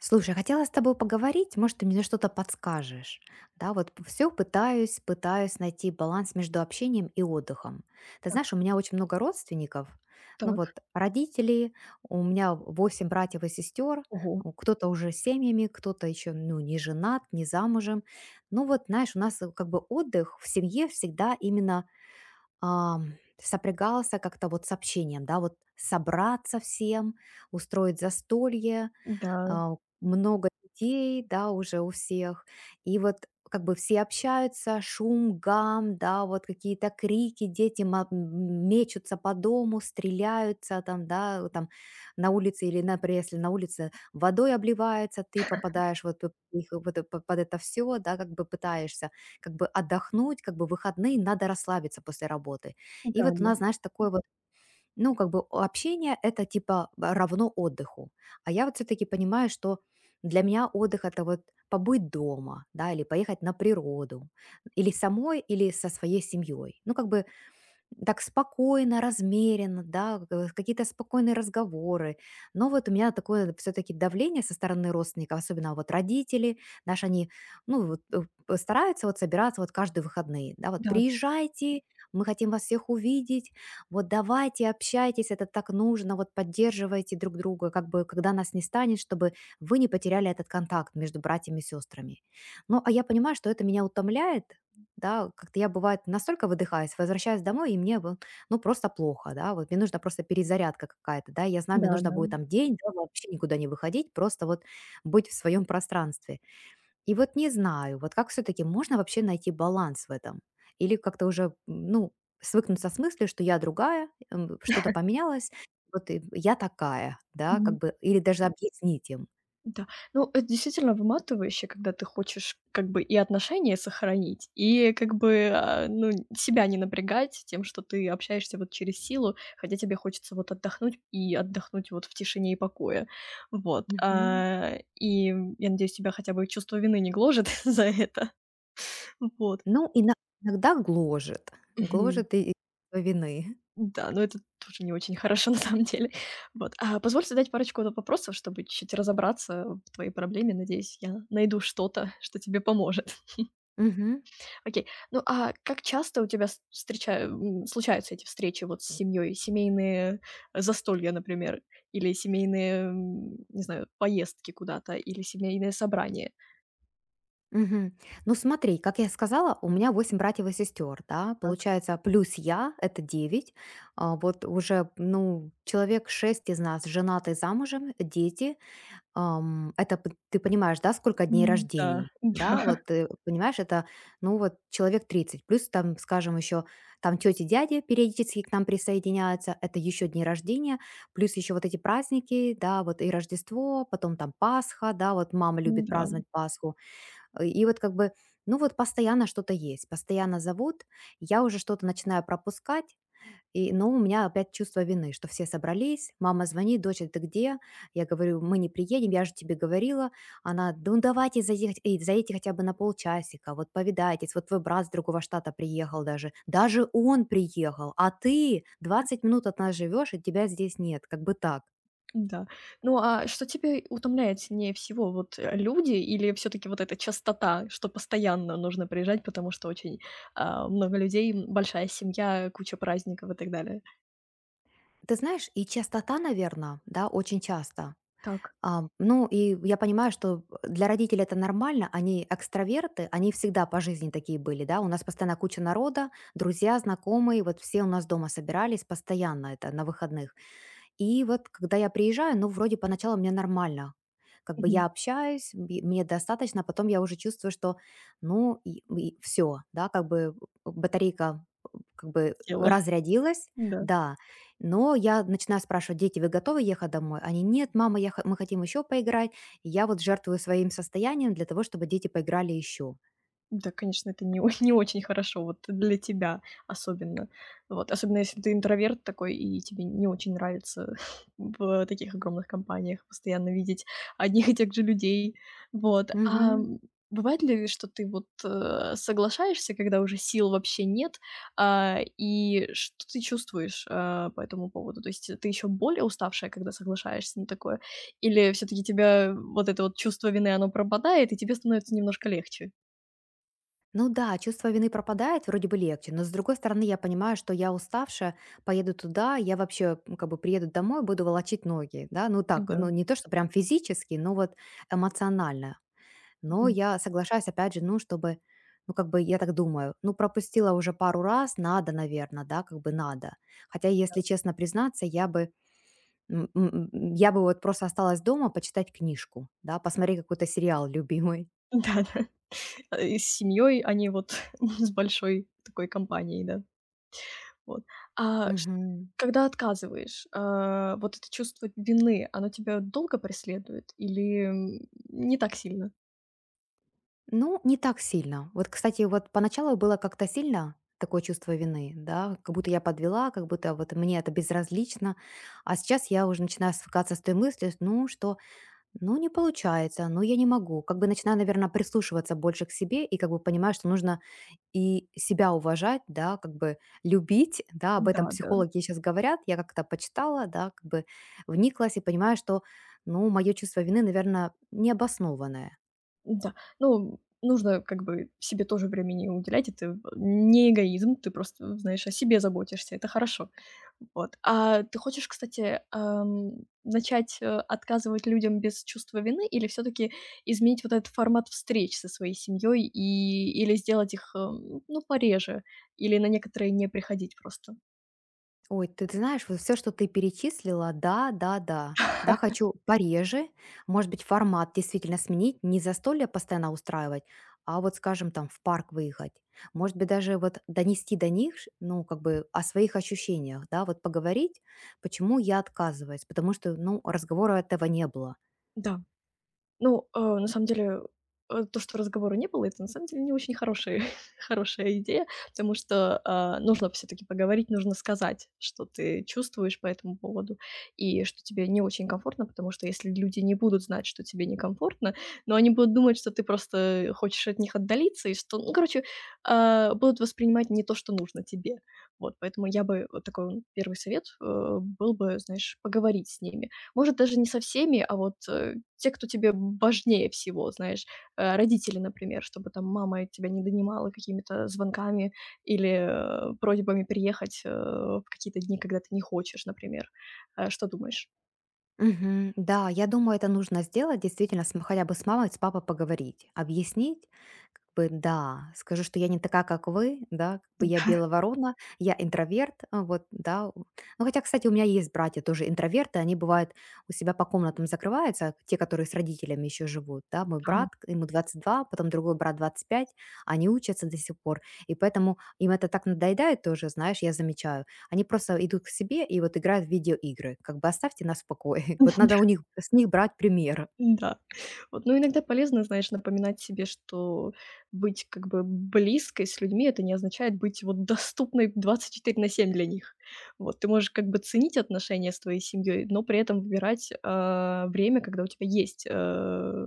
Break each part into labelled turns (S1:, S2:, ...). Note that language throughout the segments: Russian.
S1: Слушай, хотела с тобой поговорить, может, ты мне что-то подскажешь. Да, вот все пытаюсь найти баланс между общением и отдыхом. Ты знаешь, у меня очень много родственников. Ну
S2: Так.
S1: вот, родители, у меня 8 братьев и сестер,
S2: Ого.
S1: кто-то уже с семьями, кто-то еще, ну, не женат, не замужем. Ну вот, знаешь, у нас как бы отдых в семье всегда именно ам, сопрягался как-то вот с общением, да, вот собраться всем, устроить застолье,
S2: Да.
S1: а, много людей, да, уже у всех, и вот как бы все общаются, шум, гам, да, вот какие-то крики, дети мечутся по дому, стреляются там, да, там на улице или, например, если на улице водой обливается, ты попадаешь вот под их- вот э- под под это все, да, как бы пытаешься как бы отдохнуть, как бы выходные, надо расслабиться после работы. И вот у
S2: Да-да.
S1: нас, знаешь, такое вот ну, как бы общение это типа равно отдыху. А я вот все-таки понимаю, что для меня отдых это вот побыть дома, да, или поехать на природу, или самой, или со своей семьей. Ну, как бы так спокойно, размеренно, да, какие-то спокойные разговоры. Но вот у меня такое все-таки давление со стороны родственников, особенно вот родители наши, они, ну, вот, стараются вот собираться вот каждые выходные, да, вот
S2: Да.
S1: приезжайте, мы хотим вас всех увидеть, вот давайте общайтесь, это так нужно, вот поддерживайте друг друга, как бы, когда нас не станет, чтобы вы не потеряли этот контакт между братьями и сестрами. Ну, а я понимаю, что это меня утомляет, да, как-то я, бывает, настолько выдыхаюсь, возвращаюсь домой, и мне, вот, ну, просто плохо, да, вот мне нужна просто перезарядка какая-то, да, я знаю, мне нужно
S2: Да-да.
S1: будет там день, да, вообще никуда не выходить, просто вот быть в своем пространстве. И вот не знаю, вот как все-таки можно вообще найти баланс в этом? Или как-то уже, ну, свыкнуться с мыслью, что я другая, что-то поменялось, вот и я такая, да, как
S2: Мгм.
S1: бы, или даже объяснить им.
S2: Да. Ну, это действительно выматывающе, когда ты хочешь как бы и отношения сохранить, и как бы, себя не напрягать тем, что ты общаешься вот через силу, хотя тебе хочется вот отдохнуть и отдохнуть вот в тишине и покое. Вот,
S1: Мгм.
S2: а, и я надеюсь, тебя хотя бы чувство вины не гложет за это. Вот.
S1: Ну, иногда гложет,
S2: Мгм.
S1: гложет и чувство вины.
S2: Да, но это тоже не очень хорошо на самом деле. А позволь задать парочку вот вопросов, чтобы чуть-чуть разобраться в твоей проблеме. Надеюсь, я найду что-то, что тебе поможет.
S1: Мгм.
S2: Окей. Ну, а как часто у тебя случаются эти встречи вот с семьей? Семейные застолья, например, или семейные, не знаю, поездки куда-то, или семейные собрания?
S1: Мгм. Ну смотри, как я сказала, у меня 8 братьев и сестер, да,
S2: Так.
S1: получается, плюс я, это 9. А, вот уже, ну, человек 6 из нас женаты замужем, дети, Ам, это ты понимаешь, да, сколько дней
S2: Да.
S1: рождений, да, вот ты понимаешь, это, ну, вот человек 30 плюс там, скажем, еще там тети, дяди периодически к нам присоединяются, это еще дни рождения, плюс еще вот эти праздники, да, вот и Рождество, потом там Пасха, да, вот мама любит
S2: Да, да.
S1: праздновать Пасху, и вот как бы, ну вот постоянно что-то есть, постоянно зовут, я уже что-то начинаю пропускать, и, но у меня опять чувство вины, что все собрались, мама звонит, дочь, «А ты где? Я говорю, мы не приедем, я же тебе говорила. Она, «Да ну давайте заехать, эй, заедьте хотя бы на полчасика, вот повидайтесь, вот твой брат с другого штата приехал даже, даже он приехал, а ты 20 минут от нас живешь, и тебя здесь нет, как бы так.
S2: Да. Ну, а что тебя утомляет сильнее всего? Люди или все таки вот эта частота, что постоянно нужно приезжать, потому что много людей, большая семья, куча праздников и так далее?
S1: Ты знаешь, и частота, наверное, да, очень часто.
S2: Так.
S1: А, ну, и я понимаю, что для родителей это нормально, они экстраверты, они всегда по жизни такие были, да, у нас постоянно куча народа, друзья, знакомые, вот все у нас дома собирались постоянно это на выходных. И вот когда я приезжаю, ну, вроде поначалу мне нормально. Как бы
S2: Мгм.
S1: я общаюсь, мне достаточно, а потом я уже чувствую, что, ну, все, да, как бы батарейка как бы
S2: Тело.
S1: разрядилась,
S2: Да.
S1: да. Но я начинаю спрашивать, дети, вы готовы ехать домой? Они, нет, мама, я, мы хотим еще поиграть. И я вот жертвую своим состоянием для того, чтобы дети поиграли еще.
S2: Да, конечно, это не о не очень хорошо вот для тебя особенно. Вот, особенно если ты интроверт такой и тебе не очень нравится в таких огромных компаниях постоянно видеть одних и тех же людей. Вот, ам, Бывает ли, что ты соглашаешься, когда уже сил вообще нет, и что ты чувствуешь, по этому поводу? То есть ты еще более уставшая, когда соглашаешься на такое, или все таки тебя вот это вот чувство вины, оно пропадает и тебе становится немножко легче?
S1: Ну да, чувство вины пропадает, вроде бы легче, но с другой стороны я понимаю, что я уставшая, поеду туда, я вообще как бы приеду домой, буду волочить ноги, да, ну так,
S2: Да.
S1: ну не то, что прям физически, но вот эмоционально. Но
S2: Мгм.
S1: я соглашаюсь, опять же, ну, чтобы, ну, как бы я так думаю, ну, пропустила уже пару раз, надо, наверное, да, как бы надо. Хотя, если честно признаться, я бы, м, м, м, я бы вот просто осталась дома почитать книжку, да, посмотреть какой-то сериал любимый.
S2: Да-да. И с семьей, а не вот с большой такой компанией, да. Вот. А ш
S1: Мгм.
S2: Когда отказываешь, вот это чувство вины, оно тебя долго преследует или, не так сильно?
S1: Ну, не так сильно. Вот, кстати, вот поначалу было как-то сильно такое чувство вины, да, как будто я подвела, как будто вот мне это безразлично. А сейчас я уже начинаю свыкаться с той мыслью, ну, что, ну, не получается, ну, я не могу. Как бы начинаю, наверное, прислушиваться больше к себе и как бы понимаю, что нужно и себя уважать, да, как бы любить, да, об
S2: Да,
S1: этом
S2: да.
S1: психологи сейчас говорят, я как-то почитала, да, как бы вниклась и понимаю, что, ну, мое чувство вины, наверное, необоснованное.
S2: Да, ну, нужно как бы себе тоже времени уделять. Это не эгоизм, ты просто, знаешь, о себе заботишься, это хорошо. Вот. А ты хочешь, кстати, начать, отказывать людям без чувства вины или все таки изменить вот этот формат встреч со своей семьей и или сделать их, ну, пореже, или на некоторые не приходить просто?
S1: Ой, ты знаешь, вот все, что ты перечислила, да, да, да. Да, хочу пореже, может быть, формат действительно сменить, не застолья постоянно устраивать, а вот, скажем, там в парк выехать. Может быть, даже вот донести до них, ш ну, как бы о своих ощущениях, да, вот поговорить, почему я отказываюсь, потому что, ну, разговора этого не было.
S2: Да. Ну, на самом деле, то, что разговора не было, это на самом деле не очень хорошая хорошая идея, потому что, нужно все таки поговорить, нужно сказать, что ты чувствуешь по этому поводу и что тебе не очень комфортно, потому что если люди не будут знать, что тебе некомфортно, но они будут думать, что ты просто хочешь от них отдалиться и что, ну, короче, будут воспринимать не то, что нужно тебе. Вот, поэтому я бы вот такой вот первый совет был бы, знаешь, поговорить с ними. Может, даже не со всеми, а вот те, кто тебе важнее всего, знаешь. Родители, например, чтобы там мама тебя не донимала какими-то звонками или, просьбами приехать, в какие-то дни, когда ты не хочешь, например. Что думаешь?
S1: Мгм. Да, я думаю, это нужно сделать, действительно, хотя бы с мамой, с папой поговорить, объяснить, как бы, да, скажу, что я не такая, как вы, да, как бы я белая ворона, я интроверт, вот, да. Ну, хотя, кстати, у меня есть братья тоже интроверты, они бывают у себя по комнатам закрываются, те, которые с родителями еще живут, да, мой
S2: Да.
S1: брат, ему 22, потом другой брат 25, они учатся до сих пор, и поэтому им это так надоедает тоже, знаешь, я замечаю, они просто идут к себе и вот играют в видеоигры. Как бы оставьте нас в покое. Вот надо у них с них брать пример.
S2: Да. Вот, ну, иногда полезно, знаешь, напоминать себе, что быть как бы близкой с людьми — это не означает быть вот доступной 24/7 для них. Вот, ты можешь как бы ценить отношения с твоей семьей, но при этом выбирать время, когда у тебя есть, э,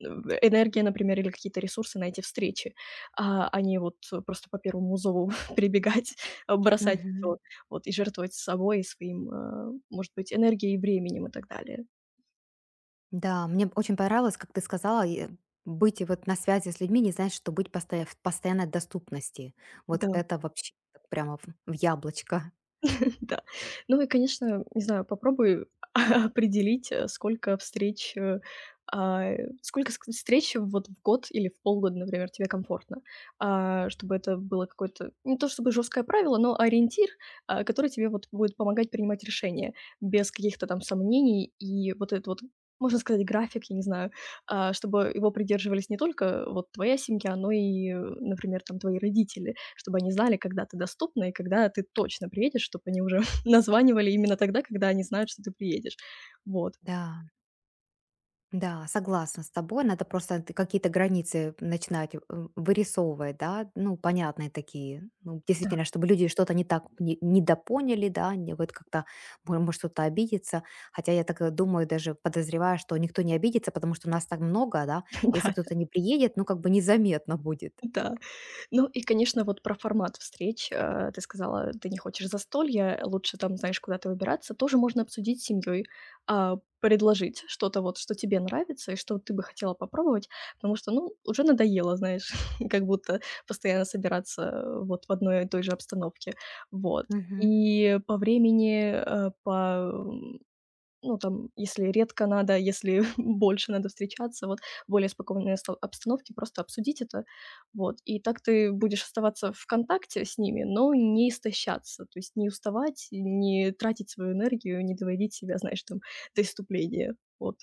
S2: в энергия, например, или какие-то ресурсы на эти встречи, а не вот просто по первому зову прибегать, бросать всё,
S1: Мгм.
S2: вот, и жертвовать собой и своим, может быть, энергией, временем и так далее.
S1: Да, мне б очень понравилось, как ты сказала, и быть вот на связи с людьми не значит, что быть в постоянной доступности. Вот
S2: Да.
S1: это вообще так прямо в яблочко.
S2: Да. Ну и, конечно, не знаю, попробуй определить, сколько встреч, э, а, сколько ск встреч вот в год или в полгода, например, тебе комфортно. Чтобы это было какое-то не то чтобы жесткое правило, но ориентир, который тебе вот будет помогать принимать решения без каких-то там сомнений. И вот этот вот, можно сказать, график, я не знаю, чтобы его придерживались не только вот твоя семья, но и, например, там твои родители, чтобы они знали, когда ты доступна и когда ты точно приедешь, чтобы они уже названивали именно тогда, когда они знают, что ты приедешь. Вот.
S1: Да. Да, согласна с тобой. Надо просто какие-то границы начинать вырисовывать, да, ну, понятные такие. Ну,
S2: Да.
S1: действительно, чтобы люди что-то не так недопоняли, да, не вот как-то, может, кто-то обидится. Хотя я так думаю, даже подозреваю, что никто не обидится, потому что нас так много, да. Если
S2: Да,
S1: кто-то не приедет, ну, как бы незаметно будет.
S2: да. Ну и, конечно, вот про формат встреч. Ты сказала, ты не хочешь застолья, лучше там, знаешь, куда-то выбираться. Тоже можно обсудить с семьей, предложить что-то вот, что тебе нравится и что ты бы хотела попробовать, потому что, ну, уже надоело, знаешь, как будто постоянно собираться вот в одной и той же обстановке. Вот.
S1: Мгм.
S2: И по времени, ну, там, если редко надо, если больше надо встречаться, вот, в более спокойной оста обстановке просто обсудить это. Вот, и так ты будешь оставаться в контакте с ними, но не истощаться, то есть не уставать, не тратить свою энергию, не доводить себя, знаешь, там, до иступления. Вот.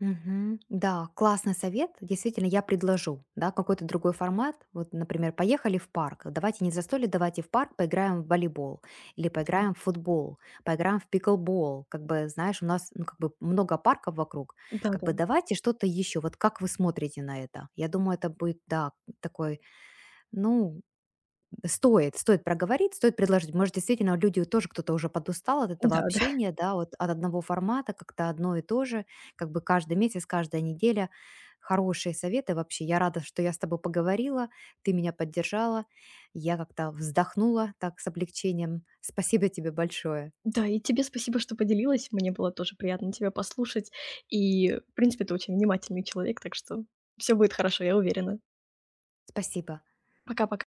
S1: Мгм. Да, классный совет. Действительно, я предложу, да, какой-то другой формат. Вот, например, поехали в парк. Давайте не за столик, давайте в парк поиграем в волейбол или
S2: Да.
S1: поиграем в футбол, поиграем в пиклбол. Как бы, знаешь, у нас ну, как бы много парков вокруг. Как
S2: Да-да.
S1: бы давайте что-то еще. Вот как вы смотрите на это? Я думаю, это будет, да, такой, ну, Стоит проговорить, стоит предложить. Может, действительно, люди тоже кто-то уже подустал от этого
S2: Да-да. Да.
S1: общения, да, вот от одного формата, как-то одно и то же, как бы каждый месяц, каждая неделя. Хорошие советы вообще. Я рада, что я с тобой поговорила, ты меня поддержала. Я как-то вздохнула так с облегчением. Спасибо тебе большое.
S2: Да, и тебе спасибо, что поделилась. Мне было тоже приятно тебя послушать. И, в принципе, ты очень внимательный человек, так что все будет хорошо, я уверена.
S1: Спасибо.
S2: Пока-пока.